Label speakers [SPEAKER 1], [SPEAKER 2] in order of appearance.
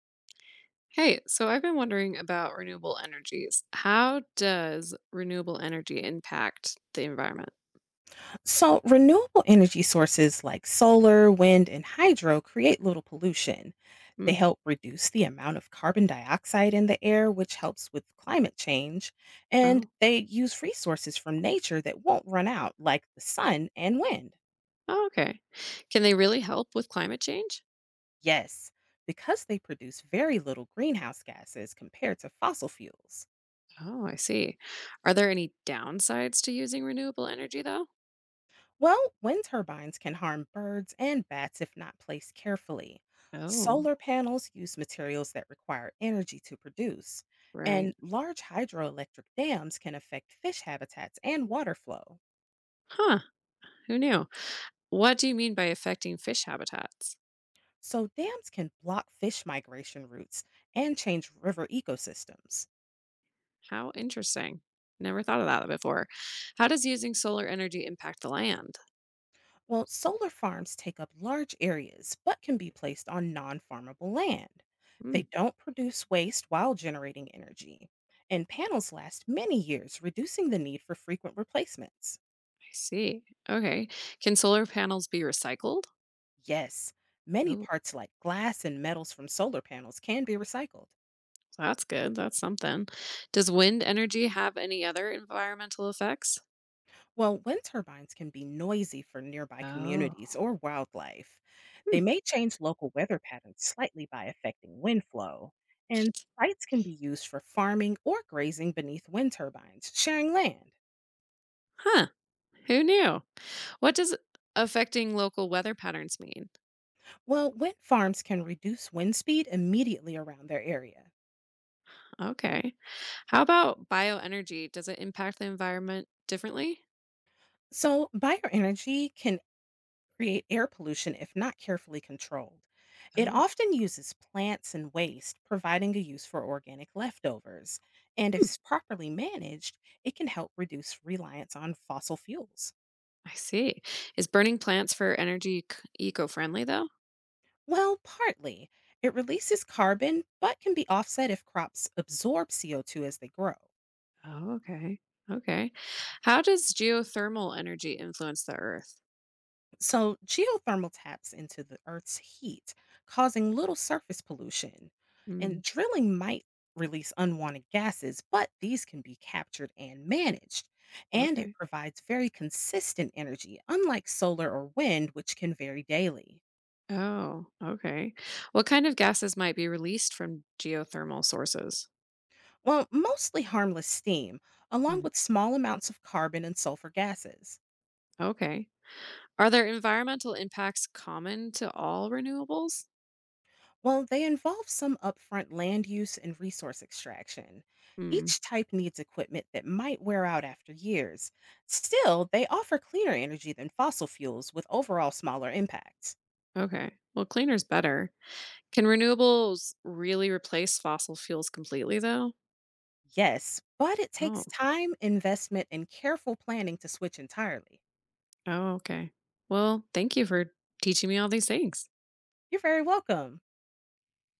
[SPEAKER 1] Hey, so I've been wondering about renewable energies. How does renewable energy impact the environment?
[SPEAKER 2] So, renewable energy sources like solar, wind, and hydro create little pollution. They
[SPEAKER 1] Mm,
[SPEAKER 2] help reduce the amount of carbon dioxide in the air, which helps with climate change. And
[SPEAKER 1] oh,
[SPEAKER 2] they use resources from nature that won't run out, like the sun and wind.
[SPEAKER 1] oh, okay. Can they really help with climate change?
[SPEAKER 2] Yes, because they produce very little greenhouse gases compared to fossil fuels.
[SPEAKER 1] Oh, I see. Are there any downsides to using renewable energy, though?
[SPEAKER 2] Well, wind turbines can harm birds and bats if not placed carefully.
[SPEAKER 1] Oh,
[SPEAKER 2] Solar panels use materials that require energy to produce,
[SPEAKER 1] right.
[SPEAKER 2] and large hydroelectric dams can affect fish habitats and water flow.
[SPEAKER 1] Huh, who knew? What do you mean by affecting fish habitats?
[SPEAKER 2] So, dams can block fish migration routes and change river ecosystems.
[SPEAKER 1] How interesting. Never thought of that before. How does using solar energy impact the land?
[SPEAKER 2] Well, solar farms take up large areas but can be placed on non farmable land.
[SPEAKER 1] Hmm,
[SPEAKER 2] They don't produce waste while generating energy, and panels last many years, reducing the need for frequent replacements.
[SPEAKER 1] I see. Okay. Can solar panels be recycled?
[SPEAKER 2] Yes, many
[SPEAKER 1] Oh,
[SPEAKER 2] parts like glass and metals from solar panels can be recycled.
[SPEAKER 1] that's good. That's something. Does wind energy have any other environmental effects?
[SPEAKER 2] Well, wind turbines can be noisy for nearby communities
[SPEAKER 1] Oh,
[SPEAKER 2] or wildlife.
[SPEAKER 1] hmm,
[SPEAKER 2] They may change local weather patterns slightly by affecting wind flow, and sites can be used for farming or grazing beneath wind turbines, sharing land.
[SPEAKER 1] huh. Who knew? What does affecting local weather patterns mean?
[SPEAKER 2] Well, wind farms can reduce wind speed immediately around their area.
[SPEAKER 1] Okay. How about bioenergy? Does it impact the environment differently?
[SPEAKER 2] So, bioenergy can create air pollution if not carefully controlled. It
[SPEAKER 1] Oh,
[SPEAKER 2] often uses plants and waste, providing a use for organic leftovers. And if
[SPEAKER 1] hmm,
[SPEAKER 2] s- properly managed, it can help reduce reliance on fossil fuels.
[SPEAKER 1] I see. Is burning plants for energy eco friendly, though?
[SPEAKER 2] Well, partly. It releases carbon, but can be offset if crops absorb CO2 as they grow.
[SPEAKER 1] Oh, okay. Okay. How does geothermal energy influence the earth?
[SPEAKER 2] So, geothermal taps into the Earth's heat, causing little surface pollution.
[SPEAKER 1] Hmm,
[SPEAKER 2] And drilling might release unwanted gases, but these can be captured and managed. And it
[SPEAKER 1] okay.
[SPEAKER 2] provides very consistent energy, unlike solar or wind, which can vary daily.
[SPEAKER 1] Oh, okay. What kind of gases might be released from geothermal sources?
[SPEAKER 2] Well, mostly harmless steam, along
[SPEAKER 1] Hmm.
[SPEAKER 2] with small amounts of carbon and sulfur gases.
[SPEAKER 1] Okay. Are there environmental impacts common to all renewables?
[SPEAKER 2] Well, they involve some upfront land use and resource extraction.
[SPEAKER 1] Hmm.
[SPEAKER 2] Each type needs equipment that might wear out after years. Still, they offer cleaner energy than fossil fuels with overall smaller impacts.
[SPEAKER 1] Okay. Well, cleaner's better. Can renewables really replace fossil fuels completely, though?
[SPEAKER 2] Yes, but it takes
[SPEAKER 1] Oh.
[SPEAKER 2] time, investment, and careful planning to switch entirely.
[SPEAKER 1] Oh, okay. Well, thank you for teaching me all these things.
[SPEAKER 2] You're very welcome.